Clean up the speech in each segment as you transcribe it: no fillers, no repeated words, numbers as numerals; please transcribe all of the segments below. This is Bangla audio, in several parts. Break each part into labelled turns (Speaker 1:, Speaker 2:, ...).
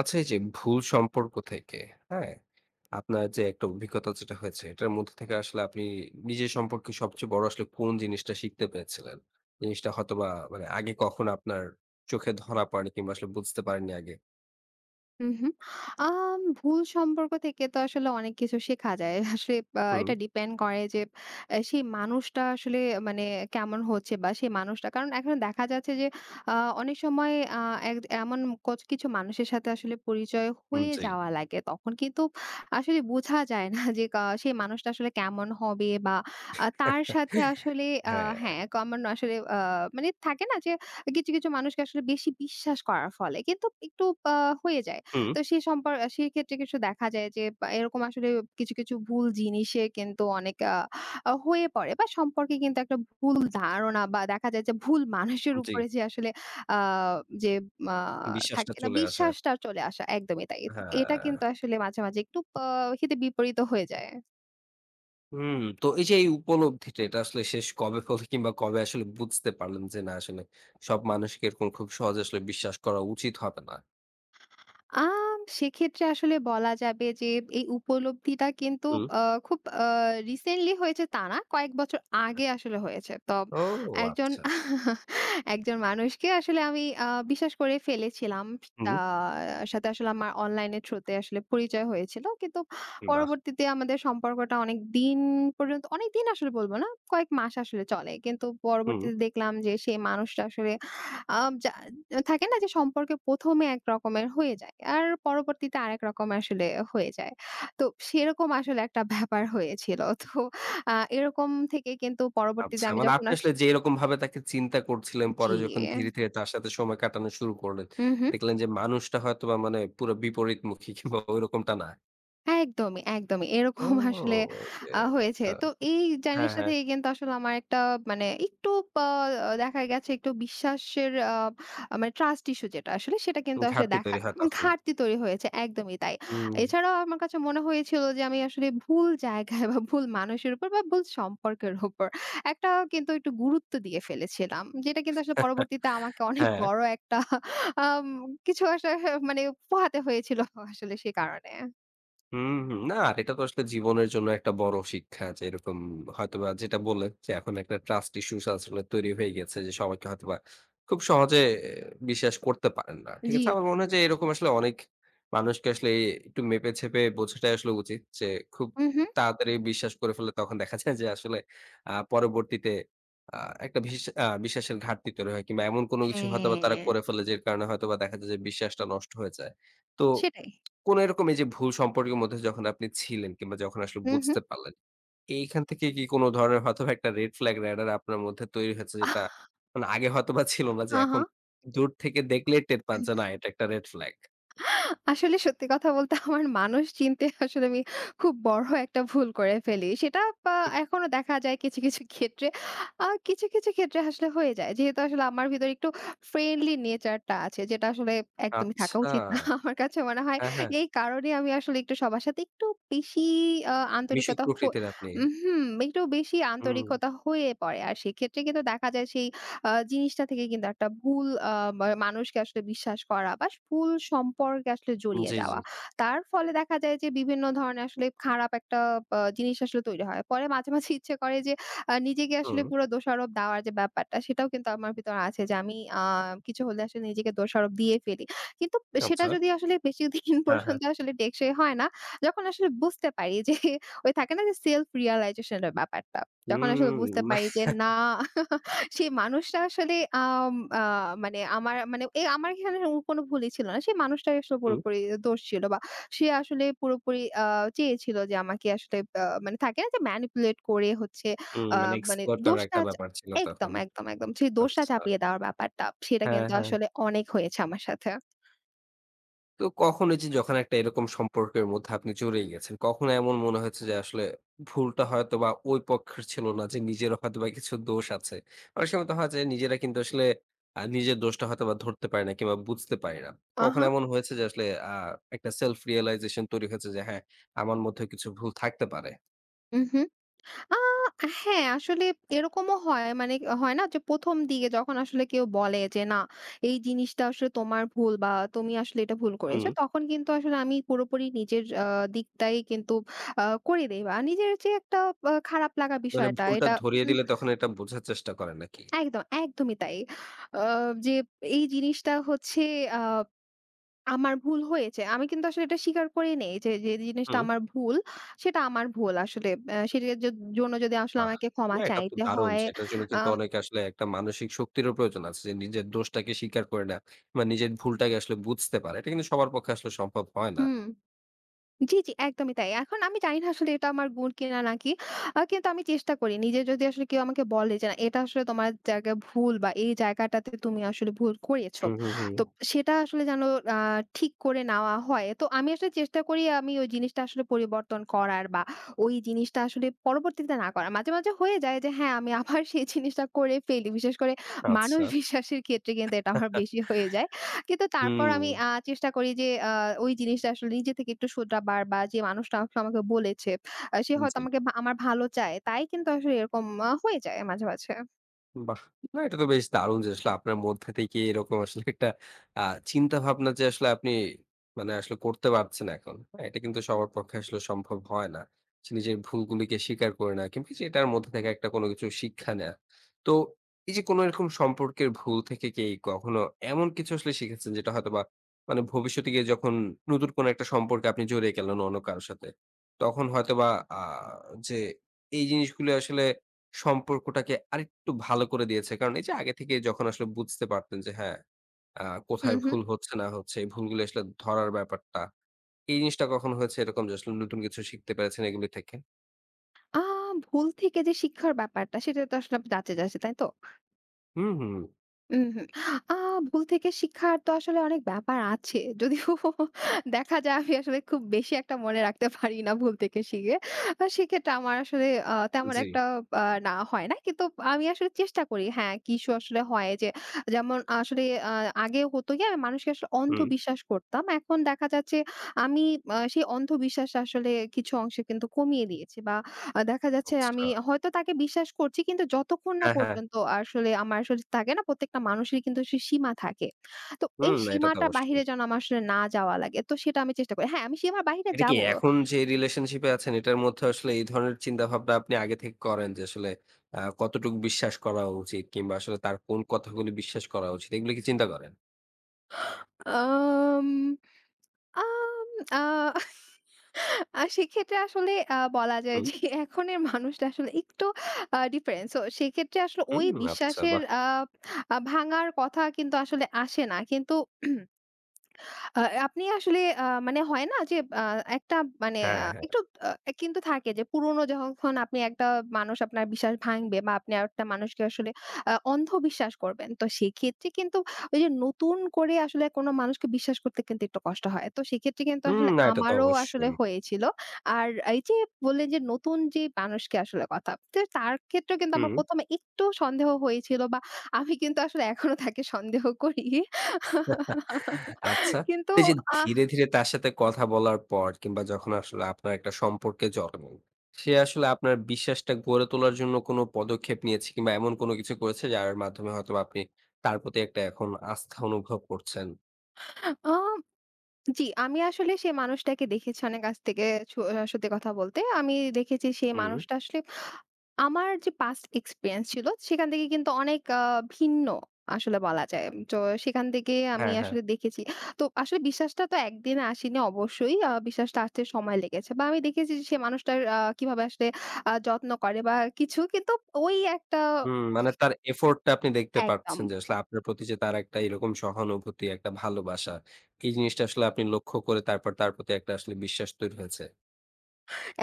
Speaker 1: আচ্ছা এই যে ভুল সম্পর্ক থেকে, হ্যাঁ? আপনার যে একটা অভিজ্ঞতা যেটা হয়েছে, এটার মধ্যে থেকে আসলে আপনি নিজের সম্পর্কে সবচেয়ে বড় আসলে কোন জিনিসটা শিখতে পেরেছিলেন? জিনিসটা হয়তোবা মানে আগে কখনো আপনার চোখে ধরা পড়েনি কিংবা আসলে বুঝতে পারেননি আগে।
Speaker 2: হুম, হুম। ভুল সম্পর্ক থেকে তো আসলে অনেক কিছু শেখা যায়। আসলে
Speaker 1: হুম,
Speaker 2: এটা ডিপেন্ড করে যে সেই মানুষটা আসলে মানে কেমন হচ্ছে বা সেই মানুষটা কারণ এখন দেখা যাচ্ছে যে আ অনেক সময় আ এক এমন কোচ কিছু মানুষের সাথে আসলে পরিচয়
Speaker 1: হুম,
Speaker 2: হয়ে
Speaker 1: জি।
Speaker 2: যাওয়া লাগে। তখন কিন্তু আসলে বোঝা যায় না যে সেই মানুষটা আসলে কেমন হবে বা তার সাথে আসলে আ
Speaker 1: হ্যাঁ,
Speaker 2: হ্যাঁ, কমন আসলে মানে থাকে না যে কিছু, কিছু মানুষকে আসলে বেশি বিশ্বাস করার ফলে কিন্তু একটু আ হয়ে যায়।
Speaker 1: হুম,
Speaker 2: তো সেই সম্পর আ সেই ক্ষেত্রে কিছু দেখা যায় যে বা এরকম আসলে কিছু, কিছু ভুল জিনিসে কিন্তু অনেক আ আ হয়ে পড়ে বা সম্পর্কে কিন্তু একটা ভুল ধারণা বা দেখা যায় যে ভুল মানুষের
Speaker 1: জি।
Speaker 2: উপরে যে আসলে আ যে আ
Speaker 1: বিশ্বাসটা
Speaker 2: থাকে না
Speaker 1: চলে আসা।
Speaker 2: বিশ্বাসটা চলে আসা একদমই তাই। তো এটা
Speaker 1: হ্যাঁ।
Speaker 2: কিন্তু আসলে মাঝে, মাঝে একটু হিতে বিপরীত হয়ে যায়।
Speaker 1: হুম, তো এই যে এই উপলব্ধিটা এটা আসলে শেষ কবে হলো কিংবা কবে আসলে বুঝতে পারলেন যে না আসলে সব মানুষকে এরকম খুব সহজে আসলে বিশ্বাস করা উচিত হবে না?
Speaker 2: সেক্ষেত্রে আসলে বলা যাবে যে এই উপলব্ধিটা কিন্তু
Speaker 1: হুম।
Speaker 2: আ খুব রিসেন্টলি হয়েছে তা না। কয়েক বছর আগে আসলে হয়েছে। তো
Speaker 1: ও
Speaker 2: একজন
Speaker 1: আচ্ছা।
Speaker 2: একজন মানুষকে আসলে আমি বিশ্বাস করে ফেলেছিলাম।
Speaker 1: হুম,
Speaker 2: তার সাথে আসলে আমার অনলাইনের থ্রুতে আসলে পরিচয় হয়েছিল। কিন্তু
Speaker 1: বাহ!
Speaker 2: পরবর্তীতে আমাদের সম্পর্কটা অনেক দিন পর্যন্ত অনেকদিন আসলে বলব না। কয়েক মাস আসলে চলে। কিন্তু
Speaker 1: হুম।
Speaker 2: পরবর্তীতে দেখলাম যে সেই মানুষটা আসলে আ যা থাকে না যে সম্পর্কে ১ম এ এক রকমের হয়ে যায়। আর পরবর্তীতে আরেক রকম আসলে হয়ে যায়। তো সেরকম আসলে একটা ব্যাপার হয়েছিল। তো এরকম থেকে কিন্তু পরবর্তীতে
Speaker 1: আচ্ছা
Speaker 2: আমি
Speaker 1: মানে
Speaker 2: যখন
Speaker 1: আপনি আসলে যে এরকমভাবে তাকে চিন্তা করছিলেন,
Speaker 2: জি।
Speaker 1: পরে যখন ধীরে, ধীরে তার সাথে সময় কাটানো শুরু করলেন,
Speaker 2: উহু।
Speaker 1: দেখলেন যে মানুষটা হয়তোবা মানে পুরো বিপরীতমুখী কিংবা ওইরকমটা না।
Speaker 2: একদমই, একদমই।
Speaker 1: ও
Speaker 2: এরকম আসলে
Speaker 1: ওকে
Speaker 2: হয়েছে।
Speaker 1: আচ্ছা।
Speaker 2: তো এই
Speaker 1: হ্যাঁ,
Speaker 2: জিনিসটা
Speaker 1: হ্যাঁ।
Speaker 2: থেকে কিন্তু আসলে আমার একটা মানে একটু পা দেখা গেছে একটু বিশ্বাসের মানে ট্রাস্ট ইস্যু যেটা আসলে সেটা কিন্তু আসলে
Speaker 1: ঘাটতি তৈরি হয় তখন।
Speaker 2: ঘাটতি তৈরি হয়েছে। একদমই তাই।
Speaker 1: হুম।
Speaker 2: এছাড়াও আমার কাছে মনে হয়েছিল যে আমি আসলে ভুল জায়গায় বা ভুল মানুষের উপর বা ভুল সম্পর্কের উপর একটা কিন্তু একটু গুরুত্ব দিয়ে ফেলেছিলাম। যেটা কিন্তু আসলে পরবর্তীতে আমাকে অনেক
Speaker 1: হ্যাঁ।
Speaker 2: বড় একটা আম কিছু আসলে মানে পোহাতে হয়েছিল আসলে সে কারণে।
Speaker 1: হুম, হুম। না, আর এটা তো আসলে জীবনের জন্য একটা বড় শিক্ষা যে এরকম হয়তোবা যেটা বললেন যে এখন একটা ট্রাস্ট ইস্যুস আসলে তৈরি হয়ে গেছে যে সবাইকে হয়তোবা খুব সহজে আহ, বিশ্বাস করতে পারেন না। ঠিক
Speaker 2: জি, জি,
Speaker 1: আছে? আমার মনে
Speaker 2: জি,
Speaker 1: হয় যে
Speaker 2: জি।
Speaker 1: এরকম আসলে অনেক মানুষকে আসলে এই একটু মেপে ছেপে বোঝাটাই আসলে উচিত। যে খুব
Speaker 2: হু, হু।
Speaker 1: তাড়াতাড়ি বিশ্বাস করে ফেললে তখন দেখা যায় যে আসলে পরবর্তীতে আ একটা ভিস আ বিশ্বাসের ঘাটতি তৈরি হয় কিংবা এমন কোনো কিছু হয়তোবা তারা
Speaker 2: হ্যাঁ,
Speaker 1: করে ফেলে যে কারণে হয়তোবা দেখা যায় যে বিশ্বাসটা নষ্ট হয়ে যায়। তো
Speaker 2: সেটাই।
Speaker 1: কোন এরকম এই যে ভুল সম্পর্কের মধ্যে যখন আপনি ছিলেন কিংবা যখন আসলে
Speaker 2: হু, হু।
Speaker 1: বুঝতে পারলেন, এইখান থেকে কি কোন ধরনের হয়তোবা একটা রেড ফ্ল্যাগ রাডার আপনার মধ্যে তৈরি হয়েছে যেটা মানে আগে হয়তোবা ছিল না যে
Speaker 2: আহা!
Speaker 1: এখন দূর থেকে দেখলেই টের পান যে না এটা একটা রেড ফ্ল্যাগ।
Speaker 2: আসলে সত্যি কথা বলতে আমার মানুষ চিনতে আসলে আমি খুব বড় একটা ভুল করে ফেলি। সেটা
Speaker 1: হুম,
Speaker 2: এখনো দেখা যায় কিছু, কিছু ক্ষেত্রে। কিছু, কিছু ক্ষেত্রে আসলে হয়ে যায়। যেহেতু আসলে আমার ভিতরে একটু ফ্রেন্ডলি নেচারটা আছে যেটা আসলে একদমই থাকা
Speaker 1: আচ্ছা।
Speaker 2: উচিত না। আমার কাছে মনে হয়
Speaker 1: হ্যাঁ, হ্যাঁ।
Speaker 2: এই কারণে আমি আসলে একটু সবার সাথে একটু বেশি আ
Speaker 1: মিশুক
Speaker 2: আন্তরিকতা হ
Speaker 1: প্রকৃতির আপনি।
Speaker 2: উহুম, একটু বেশি
Speaker 1: হুম,
Speaker 2: আন্তরিকতা হয়ে পড়ে। আর সেক্ষেত্রে কিন্তু দেখা যায় সেই জিনিসটা থেকে কিন্তু একটা ভুল আ মা মানুষকে আসলে বিশ্বাস করা বা ভুল সম্পর্কে আসলে জড়িয়ে
Speaker 1: জি, জি।
Speaker 2: যাওয়া। তার ফলে দেখা যায় যে বিভিন্ন ধরনের আসলে খারাপ একটা জিনিস আসলে তৈরি হয়। পরে মাঝে, মাঝে ইচ্ছে করে যে নিজেকে আসলে
Speaker 1: হুম,
Speaker 2: পুরো দোষারোপ দেওয়ার যে ব্যাপারটা সেটাও কিন্তু আমার ভিতরে আছে যে আমি কিছু হলে আসলে নিজেকে দোষারোপ দিয়ে ফেলি। কিন্তু সেটা
Speaker 1: আচ্ছা।
Speaker 2: যদি আসলে বেশিদিন
Speaker 1: হ্যাঁ, হ্যাঁ।
Speaker 2: পর্যন্ত আসলে টেকসই হয় না, যখন আসলে বুঝতে পারি যে ওই থাকে না যে self realization এর ব্যাপারটা। যখন আসলে
Speaker 1: হুম,
Speaker 2: বুঝতে
Speaker 1: মানে
Speaker 2: পারি যে না সেই মানুষটা আসলে আম আ মানে আমার মানে এ আমার এখানে ওর কোনো ভুলই ছিল না। সেই মানুষটার আসলে
Speaker 1: হুম,
Speaker 2: পুরোপুরি দোষ ছিল বা সে আসলে পুরোপুরি চেয়েছিল যে আমাকে আসলে মানে থাকে না যে manipulate করে হচ্ছে
Speaker 1: হুম,
Speaker 2: আ
Speaker 1: মানে
Speaker 2: মানে
Speaker 1: এক্সপ্লোর করার
Speaker 2: দোষটা
Speaker 1: একটা
Speaker 2: চা
Speaker 1: ব্যাপার ছিল
Speaker 2: একদম,
Speaker 1: তখন।
Speaker 2: একদম, একদম। সেই দোষটা
Speaker 1: আচ্ছা।
Speaker 2: চাপিয়ে দেওয়ার ব্যাপারটা সেটা
Speaker 1: হ্যাঁ,
Speaker 2: কিন্তু
Speaker 1: হ্যাঁ।
Speaker 2: আসলে অনেক হয়েছে আমার সাথে।
Speaker 1: তো কখন এই যে যখন একটা এরকম সম্পর্কের মধ্যে আপনি জড়িয়ে গেছেন, কখনো এমন মনে হয়েছে যে আসলে ভুলটা হয়তোবা ওই পক্ষের ছিল না যে নিজেরও হয়তোবা কিছু দোষ আছে। অনেক সময় তো হয় যে নিজেরা কিন্তু আসলে নিজের দোষটা হয়তোবা ধরতে পারি না কিংবা বুঝতে পারি না।
Speaker 2: আহা!
Speaker 1: কখনো এমন হয়েছে যে আসলে আ একটা self realization তৈরি হয়েছে যে হ্যাঁ, আমার মধ্যেও কিছু ভুল থাকতে পারে।
Speaker 2: উহু। আ হ্যাঁ, আসলে এরকমও হয়। মানে হয় না যে ১ম দিকে যখন আসলে কেউ বলে যে, "না, এই জিনিসটা আসলে তোমার ভুল বা তুমি আসলে এটা ভুল করেছো।"
Speaker 1: হুম।
Speaker 2: তখন কিন্তু আসলে আমি পুরোপুরি নিজের দিকটাই কিন্তু করে দেই বা নিজের যে একটা খারাপ লাগা
Speaker 1: মানে
Speaker 2: বিষয়টা
Speaker 1: ভুলটা
Speaker 2: এটা
Speaker 1: ধরিয়ে
Speaker 2: উম
Speaker 1: দিলে তখন এটা বোঝার চেষ্টা করেন নাকি?
Speaker 2: একদম, একদমই তাই। আ যে এই জিনিসটা হচ্ছে আ আমার ভুল হয়েছে। আমি কিন্তু আসলে এটা স্বীকার করে নেই যে, যে জিনিসটা
Speaker 1: হুম।
Speaker 2: আমার ভুল, সেটা আমার ভুল আসলে। আ সেটার জ জন্য যদি আসলে
Speaker 1: বাহ!
Speaker 2: আমাকে ক্ষমা
Speaker 1: না এটা তো
Speaker 2: চাইতে
Speaker 1: দারুণ।
Speaker 2: হয়
Speaker 1: সেটার জন্য কিন্তু
Speaker 2: আম
Speaker 1: অনেকে আসলে একটা মানসিক শক্তিরও প্রয়োজন আছে। যে নিজের দোষটাকে স্বীকার করে নেয়া বা নিজের ভুলটাকে আসলে বুঝতে পারা। এটা কিন্তু সবার পক্ষে আসলে সম্ভব হয় না।
Speaker 2: হুম। জি, জি, একদমই তাই। এখন আমি জানি না আসলে এটা আমার গুণ কিনা নাকি। কিন্তু আমি চেষ্টা করি। নিজে যদি আসলে কেউ আমাকে বলে যে, "না, এটা আসলে তোমার জায়গায় ভুল বা এই জায়গাটাতে তুমি আসলে ভুল করেছো।"
Speaker 1: হুম, হুম, হুম।
Speaker 2: তো সেটা আসলে যেন আ ঠিক করে নেওয়া হয়। তো আমি আসলে চেষ্টা করি আমি ওই জিনিসটা আসলে পরিবর্তন করার বা ওই জিনিসটা আসলে পরবর্তীতে না করার। মাঝে, মাঝে হয়ে যায় যে হ্যাঁ, আমি আবার সেই জিনিসটা করে ফেলি। বিশেষ করে মানুষ
Speaker 1: আচ্ছা।
Speaker 2: বিশ্বাসের ক্ষেত্রে কিন্তু এটা আমার বেশি হয়ে যায়। কিন্তু তারপর
Speaker 1: হুম,
Speaker 2: আমি চেষ্টা করি যে ওই জিনিসটা আসলে নিজে থেকে একটু শোধরাবার বা যে মানুষটা আসলে আমাকে বলেছে, সে হয়তো
Speaker 1: জি।
Speaker 2: আমাকে আমার ভালো চায়। তাই কিন্তু আসলে এরকম হয়ে যায় মাঝে, মাঝে।
Speaker 1: বাহ! না এটা তো বেশ দারুণ যে আসলে আপনার মধ্যে থেকে এরকম আসলে একটা আ চিন্তা ভাবনা যে আসলে আপনি মানে আসলে করতে পারছেন এখন। হ্যাঁ? এটা কিন্তু সবার পক্ষে আসলে সম্ভব হয় না। সে নিজের ভুলগুলিকে স্বীকার করে নেওয়া কিংবা যে এটার মধ্যে থেকে একটা কোনো কিছু শিক্ষা নেয়া। তো এই যে কোনো এরকম সম্পর্কের ভুল থেকে কি কখনো এমন কিছু আসলে শিখেছেন যেটা হয়তোবা মানে ভবিষ্যতে গিয়ে যখন নতুন কোনো একটা সম্পর্কে আপনি জড়িয়ে গেলেন অন্য কারো সাথে, তখন হয়তোবা আ যে এই জিনিসগুলো আসলে সম্পর্কটাকে আরেকটু ভালো করে দিয়েছে। কারণ এই যে আগে থেকে যখন আসলে বুঝতে পারতেন যে হ্যাঁ, আ
Speaker 2: হুম,
Speaker 1: কোথায়
Speaker 2: হুম।
Speaker 1: ভুল হচ্ছে না হচ্ছে, এই ভুলগুলো আসলে ধরার ব্যাপারটা। এই জিনিসটা কখনো হয়েছে এরকম যে আসলে নতুন কিছু শিখতে পেরেছেন এগুলি থেকে?
Speaker 2: আ ভুল থেকে যে শিক্ষার ব্যাপারটা সেটা তো আসলে আপনি জানতে চাচ্ছেন, তাই তো?
Speaker 1: হুম, হুম।
Speaker 2: উম হুম। আ ভুল থেকে শিক্ষার তো আসলে অনেক ব্যাপার আছে। যদিও দেখা যায় আমি আসলে খুব বেশি একটা মনে রাখতে পারি না ভুল থেকে শিখে। সেক্ষেত্রে আমার আসলে তেমন
Speaker 1: জি।
Speaker 2: একটা না হয় না। কিন্তু আমি আসলে চেষ্টা করি হ্যাঁ, কিছু আসলে হয় যে যেমন আসলে আ আগে হতো কি আমি মানুষকে আসলে
Speaker 1: হুম।
Speaker 2: অন্ধবিশ্বাস করতাম। এখন দেখা যাচ্ছে আমি সেই অন্ধবিশ্বাস আসলে কিছু অংশে কিন্তু কমিয়ে দিয়েছি বা দেখা যাচ্ছে আমি
Speaker 1: আচ্ছা।
Speaker 2: হয়তো তাকে বিশ্বাস করছি কিন্তু যতক্ষণ না
Speaker 1: হ্যাঁ, হ্যাঁ।
Speaker 2: পর্যন্ত আসলে আমার আসলে থাকে না প্রত্যেকটা মানুষেরই কিন্তু সে সীমা থাকে। তো এই
Speaker 1: হুম, না এটা তো
Speaker 2: সীমাটার বাহিরে
Speaker 1: অবশ্যই।
Speaker 2: যেন আমার আসলে না যাওয়া লাগে। তো সেটা আমি চেষ্টা করি। হ্যাঁ, আমি সীমার বাহিরে
Speaker 1: এটা কি
Speaker 2: যাব।
Speaker 1: এখন যে রিলেশনশিপ এ আছেন এটার মধ্যে আসলে এই ধরনের চিন্তাভাবনা আপনি আগে থেকে করেন যে আসলে কতটুকু বিশ্বাস করা উচিত কিংবা আসলে তার কোন কথাগুলি বিশ্বাস করা উচিত এগুলো কি চিন্তা করেন?
Speaker 2: আম আম আ আ সেক্ষেত্রে আসলে বলা যায়
Speaker 1: হুম,
Speaker 2: যে এখনের মানুষটা আসলে একটু ডিফারেন্ট। সো সেক্ষেত্রে আসলে ওই
Speaker 1: হুম আচ্ছা
Speaker 2: বিশ্বাসের
Speaker 1: বাহ!
Speaker 2: আ আ ভাঙার কথা কিন্তু আসলে আসে না। কিন্তু আ আপনি আসলে মানে হয় না যে একটা মানে
Speaker 1: হ্যাঁ, হ্যাঁ।
Speaker 2: একটু আ কিন্তু থাকে যে পুরনো যখন আপনি একটা মানুষ আপনার বিশ্বাস ভাঙবে বা আপনি আরেকটা মানুষকে আসলে অন্ধ বিশ্বাস করবেন। তো সেক্ষেত্রে কিন্তু ওই যে নতুন করে আসলে কোনো মানুষকে বিশ্বাস করতে কিন্তু একটু কষ্ট হয়। তো সেক্ষেত্রে কিন্তু
Speaker 1: হুম,
Speaker 2: আসলে
Speaker 1: না এটা তো
Speaker 2: আমারও আসলে
Speaker 1: অবশ্যই।
Speaker 2: হয়েছিল। আর এই যে বললেন যে নতুন যে মানুষকে আসলে কথা, তো তার ক্ষেত্রেও কিন্তু আমার
Speaker 1: হুম।
Speaker 2: ১ম এ একটু সন্দেহ হয়েছিল বা আমি কিন্তু আসলে এখনো তাকে সন্দেহ করি।
Speaker 1: আচ্ছা।
Speaker 2: কিন্তু
Speaker 1: এই যে
Speaker 2: আ
Speaker 1: ধীরে, ধীরে তার সাথে কথা বলার পর কিংবা যখন আসলে আপনার একটা সম্পর্কে জড়ালেন, সে আসলে আপনার বিশ্বাসটা গড়ে তোলার জন্য কোনো পদক্ষেপ নিয়েছে কিংবা এমন কোনো কিছু করেছে যার মাধ্যমে হয়তোবা আপনি তার প্রতি একটা এখন আস্থা অনুভব করছেন?
Speaker 2: আ জি, আমি আসলে সেই মানুষটাকে দেখেছি অনেক কাছ থেকে স সত্যি কথা বলতে। আমি দেখেছি সেই
Speaker 1: হুম।
Speaker 2: মানুষটা আসলে আমার যে past experience ছিল সেখান থেকে কিন্তু অনেক ভিন্ন আসলে বলা যায়। তো সেখান থেকে আমি
Speaker 1: হ্যাঁ, হ্যাঁ।
Speaker 2: আসলে দেখেছি। তো আসলে বিশ্বাসটা তো একদিনে আসেনি অবশ্যই। বিশ্বাসটা আসতে সময় লেগেছে। বা আমি দেখেছি যে সেই মানুষটার কিভাবে আসলে যত্ন করে বা কিছু। কিন্তু ওই একটা
Speaker 1: হুম, মানে তার এফোর্ট টা আপনি দেখতে
Speaker 2: একদম,
Speaker 1: পাচ্ছেন যে আসলে আপনার প্রতি যে তার একটা এরকম সহানুভূতি, একটা ভালোবাসা, এই জিনিসটা আসলে আপনি লক্ষ্য করে তারপর তার প্রতি একটা আসলে বিশ্বাস তৈরি হয়েছে।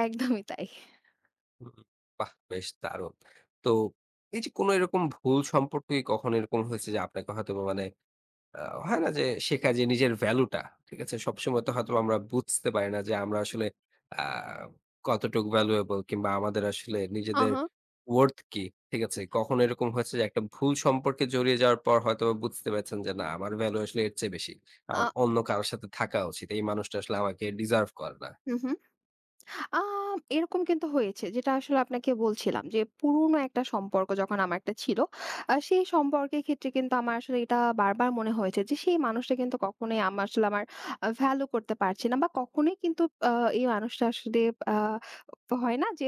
Speaker 2: একদমই তাই।
Speaker 1: হুম, বাহ! বেশ দারুণ। তো এই যে কোনো এরকম ভুল সম্পর্কে কখনো এরকম হয়েছে যে আপনাকে হয়তোবা মানে আ হয় না যে শেখা যে নিজের ভ্যালুটা, ঠিক আছে? সবসময় তো হয়তোবা আমরা বুঝতে পারি না যে আমরা আসলে আ কতটুকু ভ্যালুয়েবল কিংবা আমাদের আসলে নিজেদের
Speaker 2: আহা,
Speaker 1: worth কি, ঠিক আছে? কখনো এরকম হয়েছে যে একটা ভুল সম্পর্কে জড়িয়ে যাওয়ার পর হয়তোবা বুঝতে পেরেছেন যে না আমার ভ্যালু আসলে এর চেয়ে বেশি।
Speaker 2: আ
Speaker 1: আমার অন্য কারো সাথে থাকা উচিত। এই মানুষটা আসলে আমাকে ডিজার্ভ করে না।
Speaker 2: হু, হু। এরকম কিন্তু হয়েছে যেটা আসলে আপনাকে বলছিলাম যে পুরনো একটা সম্পর্ক যখন আমার একটা ছিল সেই সম্পর্কের ক্ষেত্রে কিন্তু আমার আসলে এটা বারবার মনে হয়েছে যে সেই মানুষটা কিন্তু কখনোই আমার আসলে আমার ভ্যালু করতে পারছে না বা কখনোই কিন্তু আ এই মানুষটা আসলে আ হয় না যে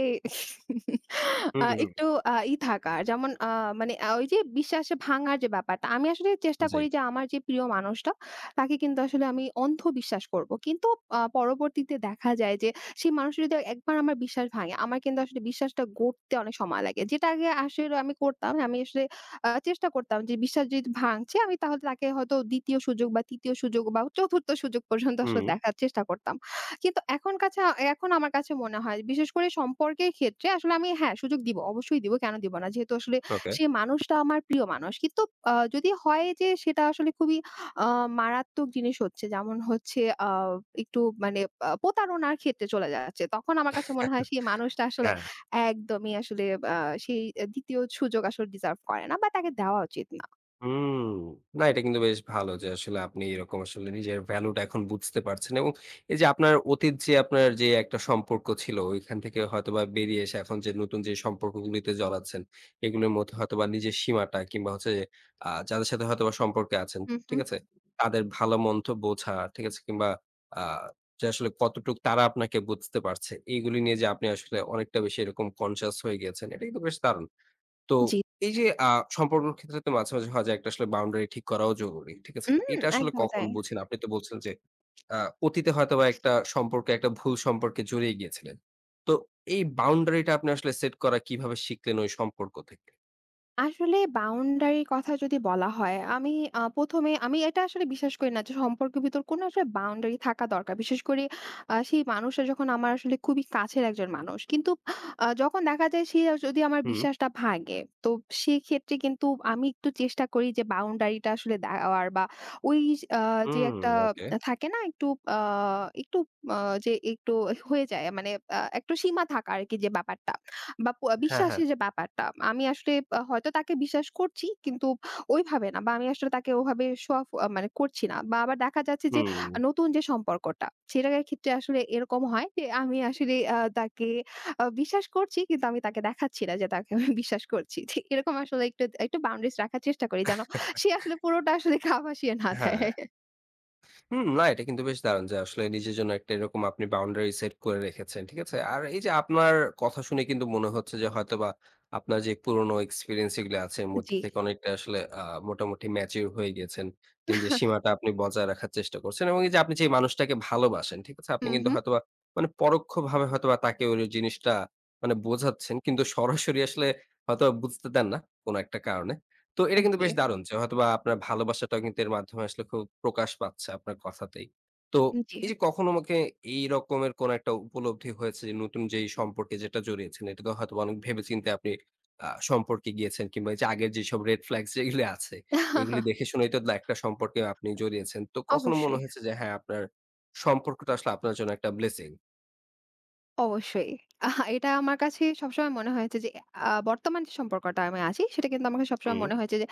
Speaker 1: হুম, হুম।
Speaker 2: একটু আ ই থাকার যেমন মানে ওই যে বিশ্বাসে ভাঙার যে ব্যাপারটা আমি আসলে চেষ্টা
Speaker 1: জি।
Speaker 2: করি যে আমার যে প্রিয় মানুষটা তাকে কিন্তু আসলে আমি অন্ধ বিশ্বাস করব। কিন্তু পরবর্তীতে দেখা যায় যে সেই মানুষটা যদি একবার আমার বিশ্বাস ভাঙে, আমার কিন্তু আসলে বিশ্বাসটা গড়তে অনেক সময় লাগে। যেটা আগে আসলে আমি করতাম, আমি আসলে চেষ্টা করতাম যে বিশ্বাস যদি ভাঙছে আমি তাহলে তাকে হয়তো ২য় সুযোগ বা ৩য় সুযোগ বা ৪র্থ সুযোগ পর্যন্ত আসলে
Speaker 1: হুম,
Speaker 2: দেখার চেষ্টা করতাম। কিন্তু এখন আমার কাছে মনে হয় বিশেষ করে সম্পর্কের ক্ষেত্রে আসলে আমি হ্যাঁ, সুযোগ দিব। অবশ্যই দিব। কেন দিব না? যেহেতু আসলে
Speaker 1: ওকে।
Speaker 2: সেই মানুষটা আমার প্রিয় মানুষ। কিন্তু যদি হয় যে সেটা আসলে খুবই আ মারাত্মক জিনিস হচ্ছে যেমন হচ্ছে আ একটু মানে প্রতারণার ক্ষেত্রে চলে যাচ্ছে। তখন আমার কাছে মনে হয় সেই মানুষটা আসলে
Speaker 1: হ্যাঁ।
Speaker 2: একদমই আসলে আ সেই দ্বিতীয় সুযোগ আসলে ডিজার্ভ করে না বা তাকে দেওয়া উচিত না।
Speaker 1: হুম। না এটা কিন্তু বেশ ভালো যে আসলে আপনি এরকম আসলে নিজের ভ্যালুটা এখন বুঝতে পারছেন এবং এই যে আপনার অতীত যে আপনার যে একটা সম্পর্ক ছিল ওইখান থেকে হয়তোবা বেরিয়ে এসে এখন যে নতুন যে সম্পর্কগুলিতে জড়াচ্ছেন এগুলোর মধ্যে হয়তোবা নিজের সীমাটা কিংবা হচ্ছে যে যাদের সাথে হয়তোবা সম্পর্কে আছেন,
Speaker 2: হু, হু।
Speaker 1: ঠিক আছে? তাদের ভালো মন্দ বোঝা, ঠিক আছে? কিংবা আ যে আসলে কতটুক তারা আপনাকে বুঝতে পারছে এইগুলি নিয়ে যে আপনি আসলে অনেকটা বেশি এরকম কনসিয়াস হয়ে গিয়েছেন এটা কিন্তু বেশ দারুণ। তো
Speaker 2: জি।
Speaker 1: এই যে সম্পর্কের ক্ষেত্রে তো মাঝে, মাঝে হয় যে একটা আসলে বাউন্ডারি ঠিক করাও জরুরি। ঠিক আছে?
Speaker 2: উম
Speaker 1: এটা আসলে
Speaker 2: একদমই
Speaker 1: কখন
Speaker 2: তাই।
Speaker 1: বুঝেন? আপনি তো বলছেন যে আ অতীতে হয়তোবা একটা সম্পর্কে একটা ভুল সম্পর্কে জড়িয়ে গিয়েছিলেন। তো এই বাউন্ডারিটা আপনি আসলে সেট করা কিভাবে শিখলেন ওই সম্পর্ক থেকে?
Speaker 2: আসলে বাউন্ডারির কথা যদি বলা হয়, আমি ১ম এ এটা আসলে বিশ্বাস করি না যে সম্পর্কের ভিতর কোনো আসলে বাউন্ডারি থাকা দরকার। বিশেষ করে সেই মানুষটা যখন আমার আসলে খুবই কাছের একজন মানুষ। কিন্তু যখন দেখা যায় সে যদি আমার
Speaker 1: হুম,
Speaker 2: বিশ্বাসটা ভাঙে, তো সেক্ষেত্রে কিন্তু আমি একটু চেষ্টা করি যে বাউন্ডারিটা আসলে দেওয়ার বা ওই আ যে
Speaker 1: হুম,
Speaker 2: একটা
Speaker 1: ওকে।
Speaker 2: থাকে না একটু আ একটু আ যে একটু হয়ে যায় মানে একটু সীমা থাকা আরকি যে ব্যাপারটা। বা
Speaker 1: হ্যাঁ, হ্যাঁ।
Speaker 2: বিশ্বাসের যে ব্যাপারটা, আমি আসলে হয়তো তাকে বিশ্বাস করছি কিন্তু ওইভাবে না বা আমি আসলে তাকে ওভাবে শো অফ মানে করছি না। বা আবার দেখা যাচ্ছে যে
Speaker 1: হুম।
Speaker 2: নতুন যে সম্পর্কটা, সেটার ক্ষেত্রে আসলে এরকম হয় যে আমি আসলে তাকে বিশ্বাস করছি কিন্তু আমি তাকে দেখাচ্ছি না যে তাকে আমি বিশ্বাস করছি। যে এরকম আসলে একটু, একটু বাউন্ডারিজ রাখার চেষ্টা করি যেন সে আসলে পুরোটা আসলে গা ভাসিয়ে না দেয়।
Speaker 1: হ্যাঁ। হুম, না এটা কিন্তু বেশ দারুণ যে আসলে নিজের জন্য একটা এরকম আপনি বাউন্ডারি সেট করে রেখেছেন। ঠিক আছে? আর এই যে আপনার কথা শুনে কিন্তু মনে হচ্ছে যে হয়তোবা আপনার যে পুরোনো এক্সপেরিয়েন্স যেগুলো আছে এর মধ্যে
Speaker 2: জি।
Speaker 1: থেকে অনেকটা আসলে মোটামুটি ম্যাচিউর হয়ে গিয়েছেন। নিজের সীমাটা আপনি বজায় রাখার চেষ্টা করছেন এবং এই যে আপনি যে মানুষটাকে ভালোবাসেন, ঠিক আছে? আপনি
Speaker 2: হুম,
Speaker 1: কিন্তু
Speaker 2: হুম।
Speaker 1: হয়তোবা মানে পরোক্ষভাবে হয়তোবা তাকে ওই জিনিসটা মানে বোঝাচ্ছেন। কিন্তু সরাসরি আসলে হয়তোবা বুঝতে দেন না কোন একটা কারণে। তো এটা কিন্তু
Speaker 2: জি,
Speaker 1: বেশ দারুণ যে হয়তোবা আপনার ভালোবাসাটাও কিন্তু এর মাধ্যমে আসলে খুব প্রকাশ পাচ্ছে আপনার কথাতেই। তো
Speaker 2: জি।
Speaker 1: এই যে কখনো আমাকে এই রকমের কোন একটা উপলব্ধি হয়েছে যে নতুন যেই সম্পর্কে যেটা জড়িয়েছেন এটাকে হয়তোবা অনেক ভেবেচিন্তে আপনি সম্পর্কে গিয়েছেন কিংবা এই যে আগের যেসব রেড ফ্ল্যাগস যেগুলি আছে এগুলি দেখে শুনেই তো একটা সম্পর্কে আপনি জড়িয়েছেন। তো কখনো মনে
Speaker 2: অবশ্যই।
Speaker 1: হয়েছে যে হ্যাঁ, আপনার সম্পর্কটা আসলে আপনার জন্য একটা ব্লেসিং?
Speaker 2: অবশ্যই। আহা এটা আমার কাছে সবসময় মনে হয়েছে যে বর্তমান যে সম্পর্কটা আমি আছি সেটা কিন্তু আমাকে সবসময়
Speaker 1: হুম,
Speaker 2: মনে হয়েছে যে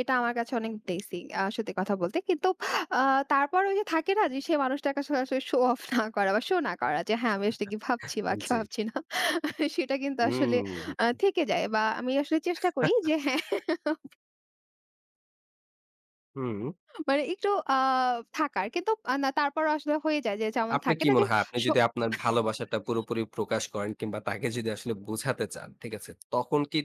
Speaker 2: এটা আমার কাছে অনেক বেশি সত্যি কথা বলতে। কিন্তু আ তারপর ওই যে থাকে না যে সে মানুষটার কাছে আসলে শো অফ না করা বা শো না করা যে হ্যাঁ, আমি আসলে কি ভাবছি বা কি
Speaker 1: জি।
Speaker 2: ভাবছি না সেটা কিন্তু আসলে
Speaker 1: হুম,
Speaker 2: থেকে যায় বা আমি আসলে চেষ্টা করি যে হ্যাঁ,
Speaker 1: হুম।
Speaker 2: মানে একটু আ থাকার। কিন্তু না তারপরও আসলে হয়ে যায় যে যেমন
Speaker 1: আপনার
Speaker 2: থাকে
Speaker 1: কি
Speaker 2: না যে
Speaker 1: মনে হয় আপনি
Speaker 2: শো
Speaker 1: যদি আপনার ভালোবাসাটা পুরোপুরি প্রকাশ করেন কিংবা তাকে যদি আসলে বোঝাতে চান, ঠিক আছে? তখন কি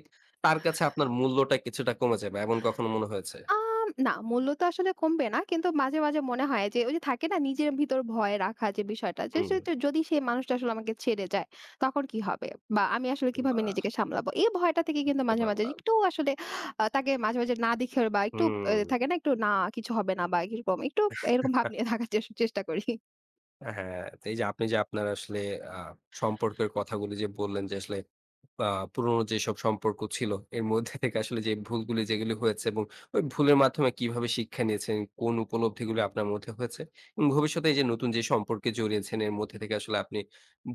Speaker 1: তার কাছে আপনার মূল্যটা কিছুটা কমে যাবে? এমন কখনো মনে হয়েছে?
Speaker 2: আম না, মূল্য তো আসলে কমবে না। কিন্তু মাঝে, মাঝে মনে হয় যে ওই যে থাকে না নিজের ভিতর ভয় রাখা যে বিষয়টা যে
Speaker 1: হুম,
Speaker 2: সে
Speaker 1: হুম।
Speaker 2: তো যদি সেই মানুষটা আসলে আমাকে ছেড়ে যায় তখন কি হবে? বা আমি আসলে কিভাবে নিজেকে
Speaker 1: বাহ!
Speaker 2: সামলাবো? এই ভয়টা থেকে কিন্তু
Speaker 1: বুঝতে
Speaker 2: মাঝে, মাঝে
Speaker 1: পারলাম।
Speaker 2: একটু আসলে তাকে মাঝে, মাঝে না দেখে বা একটু
Speaker 1: হুম।
Speaker 2: থাকে না একটু না কিছু হবে না বা এরকম একটু এরকম ভাব নিয়ে থাকার চেষ্টা করি।
Speaker 1: হ্যাঁ, তো এই যে আপনি যে আপনার আসলে আ সম্পর্কের কথাগুলো যে বললেন যে আসলে আ পুরোনো যেসব সম্পর্ক ছিল এর মধ্যে থেকে আসলে যে ভুলগুলি যেগুলি হয়েছে এবং ওই ভুলের মাধ্যমে কিভাবে শিক্ষা নিয়েছেন, কোন উপলব্ধিগুলো আপনার মধ্যে হয়েছে এবং ভবিষ্যতে এই যে নতুন যে সম্পর্কে জড়িয়েছেন এর মধ্যে থেকে আসলে আপনি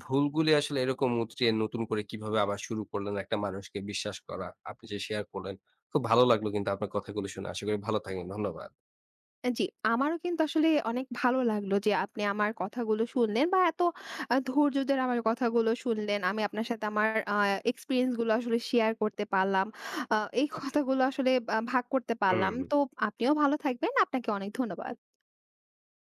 Speaker 1: ভুলগুলি আসলে এরকম উতরিয়ে নতুন করে কিভাবে আবার শুরু করলেন একটা মানুষকে বিশ্বাস করা। আপনি যে শেয়ার করলেন, খুব ভালো লাগলো কিন্তু আপনার কথাগুলো শুনে। আশা করি ভালো থাকবেন। ধন্যবাদ।
Speaker 2: জি, আমারও কিন্তু আসলে অনেক ভালো লাগলো যে আপনি আমার কথাগুলো শুনলেন বা এত ধৈর্য ধরে আমার কথাগুলো শুনলেন। আমি আপনার সাথে আমার এক্সপেরিয়েন্স গুলো আসলে শেয়ার করতে পারলাম। এই কথাগুলো আসলে ভাগ করতে পারলাম।
Speaker 1: হুম।
Speaker 2: তো আপনিও ভালো থাকবেন। আপনাকে অনেক ধন্যবাদ।